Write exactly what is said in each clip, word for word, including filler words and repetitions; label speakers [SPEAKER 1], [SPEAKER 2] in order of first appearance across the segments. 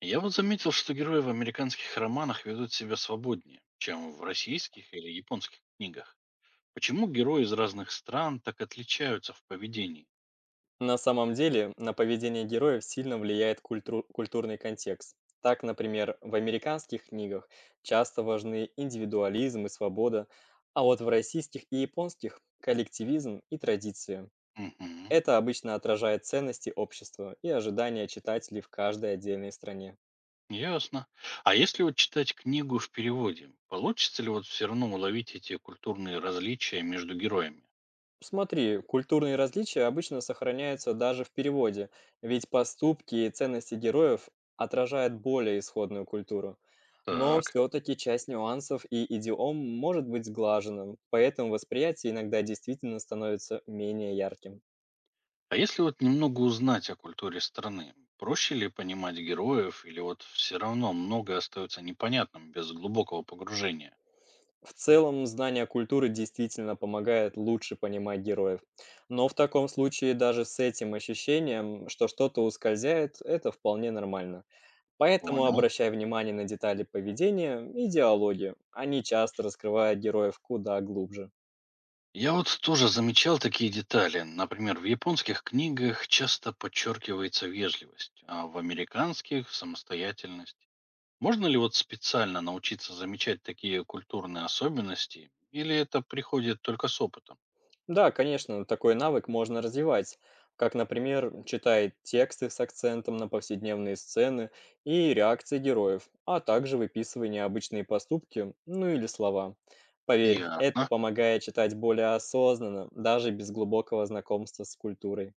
[SPEAKER 1] Я вот заметил, что герои в американских романах ведут себя свободнее, чем в российских или японских книгах. Почему герои из разных стран так отличаются в поведении?
[SPEAKER 2] На самом деле, на поведение героев сильно влияет культру- культурный контекст. Так, например, в американских книгах часто важны индивидуализм и свобода, а вот в российских и японских– коллективизм и традиции.
[SPEAKER 1] Мгм.
[SPEAKER 2] Это обычно отражает ценности общества и ожидания читателей в каждой отдельной стране.
[SPEAKER 1] Ясно. А если вот читать книгу в переводе, получится ли вот все равно уловить эти культурные различия между героями?
[SPEAKER 2] Смотри, культурные различия обычно сохраняются даже в переводе, ведь поступки и ценности героев отражают более исходную культуру. Но
[SPEAKER 1] Так.
[SPEAKER 2] все-таки часть нюансов и идиом может быть сглаженным, поэтому восприятие иногда действительно становится менее ярким.
[SPEAKER 1] А если вот немного узнать о культуре страны, проще ли понимать героев или вот все равно много остается непонятным без глубокого погружения?
[SPEAKER 2] В целом, знание культуры действительно помогает лучше понимать героев. Но в таком случае даже с этим ощущением, что что-то ускользает, это вполне нормально. Поэтому
[SPEAKER 1] Понял.
[SPEAKER 2] обращай внимание на детали поведения и диалоги. Они часто раскрывают героев куда глубже.
[SPEAKER 1] Я вот тоже замечал такие детали. Например, в японских книгах часто подчеркивается вежливость, а в американских– самостоятельность. Можно ли вот специально научиться замечать такие культурные особенности, или это приходит только с опытом?
[SPEAKER 2] Да, конечно, такой навык можно развивать, как, например, читая тексты с акцентом на повседневные сцены и реакции героев, а также выписывая необычные поступки, ну или слова. Поверь, это
[SPEAKER 1] Ясно.
[SPEAKER 2] помогает читать более осознанно, даже без глубокого знакомства с культурой.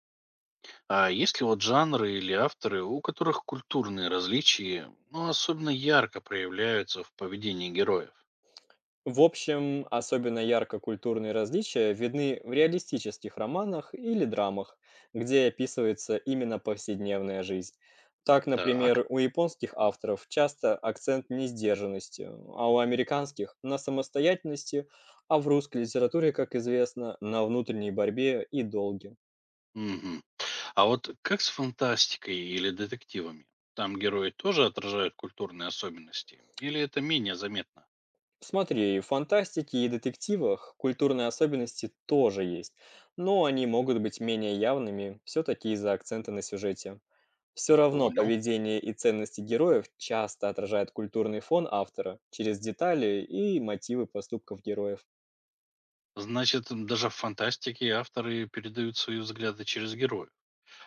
[SPEAKER 1] А есть ли вот жанры или авторы, у которых культурные различия, ну, особенно ярко проявляются в поведении героев?
[SPEAKER 2] В общем, особенно ярко культурные различия видны в реалистических романах или драмах, где описывается именно повседневная жизнь. Так,
[SPEAKER 1] Так.
[SPEAKER 2] например, у японских авторов часто акцент не сдержанностью, а у американских– на самостоятельности, а в русской литературе, как известно, на внутренней борьбе и долге.
[SPEAKER 1] Мгм. А вот как с фантастикой или детективами? Там герои тоже отражают культурные особенности? Или это менее заметно?
[SPEAKER 2] Смотри, в фантастике и детективах культурные особенности тоже есть, но они могут быть менее явными все-таки из-за акцента на сюжете. Все равно
[SPEAKER 1] Понял.
[SPEAKER 2] поведение и ценности героев часто отражают культурный фон автора через детали и мотивы поступков героев.
[SPEAKER 1] Значит, м, даже в фантастике авторы передают свои взгляды через героев.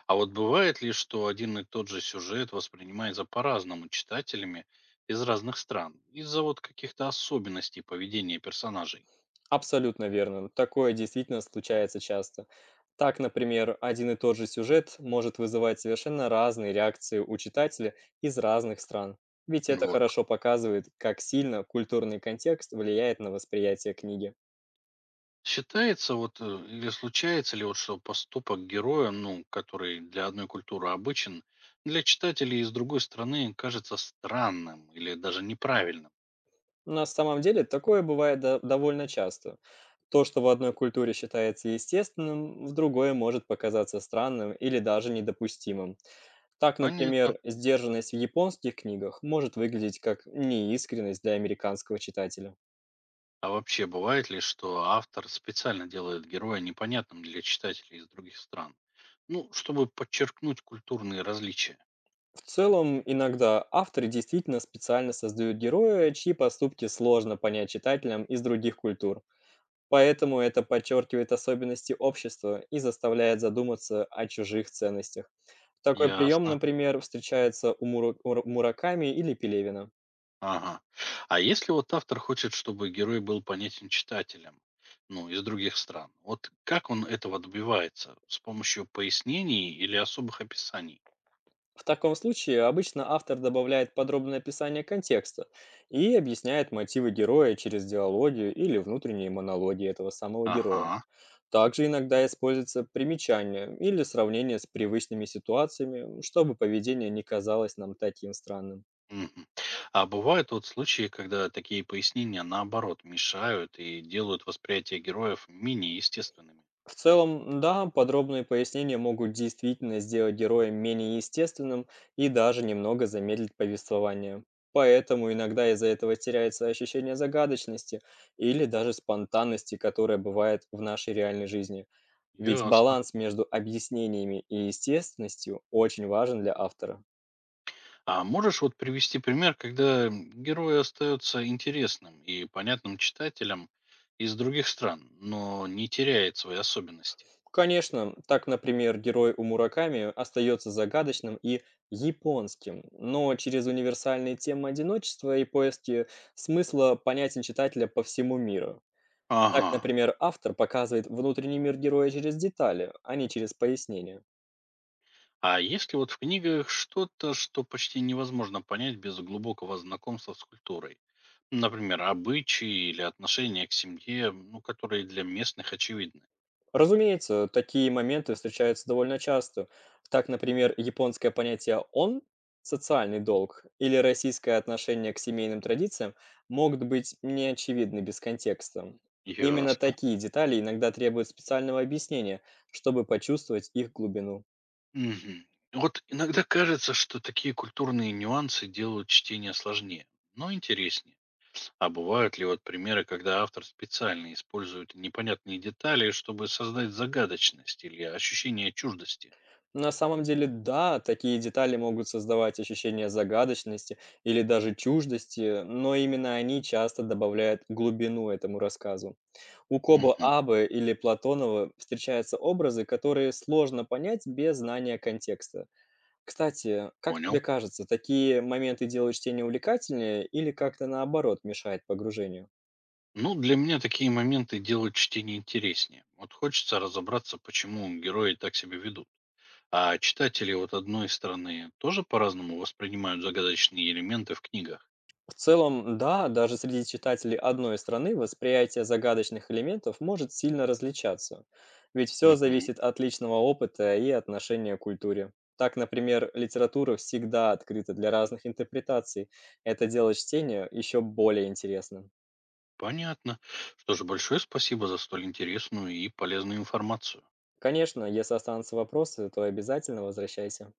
[SPEAKER 1] А вот бывает ли, что один и тот же сюжет воспринимается по-разному читателями из разных стран, из-за вот каких-то особенностей поведения персонажей?
[SPEAKER 2] Абсолютно верно. Такое действительно случается часто. Так, например, один и тот же сюжет может вызывать совершенно разные реакции у читателя из разных стран. Ведь это
[SPEAKER 1] Вот.
[SPEAKER 2] хорошо показывает, как сильно культурный контекст влияет на восприятие книги.
[SPEAKER 1] Считается вот э, или случается ли вот, что поступок героя, ну, который для одной культуры обычен, для читателей из другой страны кажется странным или даже неправильным?
[SPEAKER 2] На самом деле такое бывает до- довольно часто. То, что в одной культуре считается естественным, в другой может показаться странным или даже недопустимым. Так,
[SPEAKER 1] Понятно.
[SPEAKER 2] например, сдержанность в японских книгах может выглядеть как неискренность для американского читателя.
[SPEAKER 1] А вообще бывает ли, что автор специально делает героя непонятным для читателей из других стран? Ну, чтобы подчеркнуть культурные различия.
[SPEAKER 2] В целом, иногда авторы действительно специально создают героя, чьи поступки сложно понять читателям из других культур. Поэтому это подчеркивает особенности общества и заставляет задуматься о чужих ценностях. Такой прием,
[SPEAKER 1] Ясно.
[SPEAKER 2] например, встречается у Муру- Ура- Мураками или Пелевина.
[SPEAKER 1] Ага. А если вот автор хочет, чтобы герой был понятен читателям, ну, из других стран, вот как он этого добивается? С помощью пояснений или особых описаний?
[SPEAKER 2] В таком случае обычно автор добавляет подробное описание контекста и объясняет мотивы героя через диалогию или внутренние монологи этого самого героя.
[SPEAKER 1] Ага.
[SPEAKER 2] Также иногда используется примечание или сравнение с привычными ситуациями, чтобы поведение не казалось нам таким странным.
[SPEAKER 1] Мгм. А бывают вот случаи, когда такие пояснения наоборот мешают и делают восприятие героев менее естественными.
[SPEAKER 2] В целом, да, подробные пояснения могут действительно сделать героя менее естественным и даже немного замедлить повествование. Поэтому иногда из-за этого теряется ощущение загадочности или даже спонтанности, которая бывает в нашей реальной жизни. Ведь
[SPEAKER 1] Ясно.
[SPEAKER 2] баланс между объяснениями и естественностью очень важен для автора.
[SPEAKER 1] А можешь вот привести пример, когда м, герои остаются интересным и понятным читателям из других стран, но не теряет свои особенности?
[SPEAKER 2] Конечно, так, например, герой у Мураками остается загадочным и японским, но через универсальные темы одиночества и поиски смысла понятен читателя по всему миру. Так,
[SPEAKER 1] Ага.
[SPEAKER 2] например, автор показывает внутренний мир героя через детали, а не через пояснения.
[SPEAKER 1] А есть ли вот в книгах что-то, что почти невозможно понять без глубокого знакомства с культурой? Например, обычаи или отношения к семье, ну, которые для местных очевидны.
[SPEAKER 2] Разумеется, такие моменты встречаются довольно часто. Так, например, японское понятие «он» социальный долг или российское отношение к семейным традициям могут быть неочевидны без контекста. Именно
[SPEAKER 1] Ясно.
[SPEAKER 2] такие детали иногда требуют специального объяснения, чтобы почувствовать их глубину.
[SPEAKER 1] Мгм. Вот иногда кажется, что такие культурные нюансы делают чтение сложнее, но интереснее. А бывают ли вот примеры, когда автор специально использует непонятные детали, чтобы создать загадочность или ощущение чуждости?
[SPEAKER 2] На самом деле, да, такие детали могут создавать ощущение загадочности или даже чуждости, но именно они часто добавляют глубину этому рассказу. У Коба
[SPEAKER 1] Мгм.
[SPEAKER 2] Абе или Платонова встречаются образы, которые сложно понять без знания контекста. Кстати, как
[SPEAKER 1] Понял.
[SPEAKER 2] тебе кажется, такие моменты делают чтение увлекательнее или как-то наоборот мешает погружению?
[SPEAKER 1] Ну, для меня такие моменты делают чтение интереснее. Вот хочется разобраться, почему герои так себя ведут. А читатели вот одной стороны тоже по-разному воспринимают загадочные элементы в книгах.
[SPEAKER 2] В целом, да, даже среди читателей одной страны восприятие загадочных элементов может сильно различаться, ведь все
[SPEAKER 1] Мгм.
[SPEAKER 2] зависит от личного опыта и отношения к культуре. Так, например, литература всегда открыта для разных интерпретаций. Это делает чтение еще более интересным.
[SPEAKER 1] Понятно. Что же, большое спасибо за столь интересную и полезную информацию.
[SPEAKER 2] Конечно, если останутся вопросы, то обязательно возвращайся.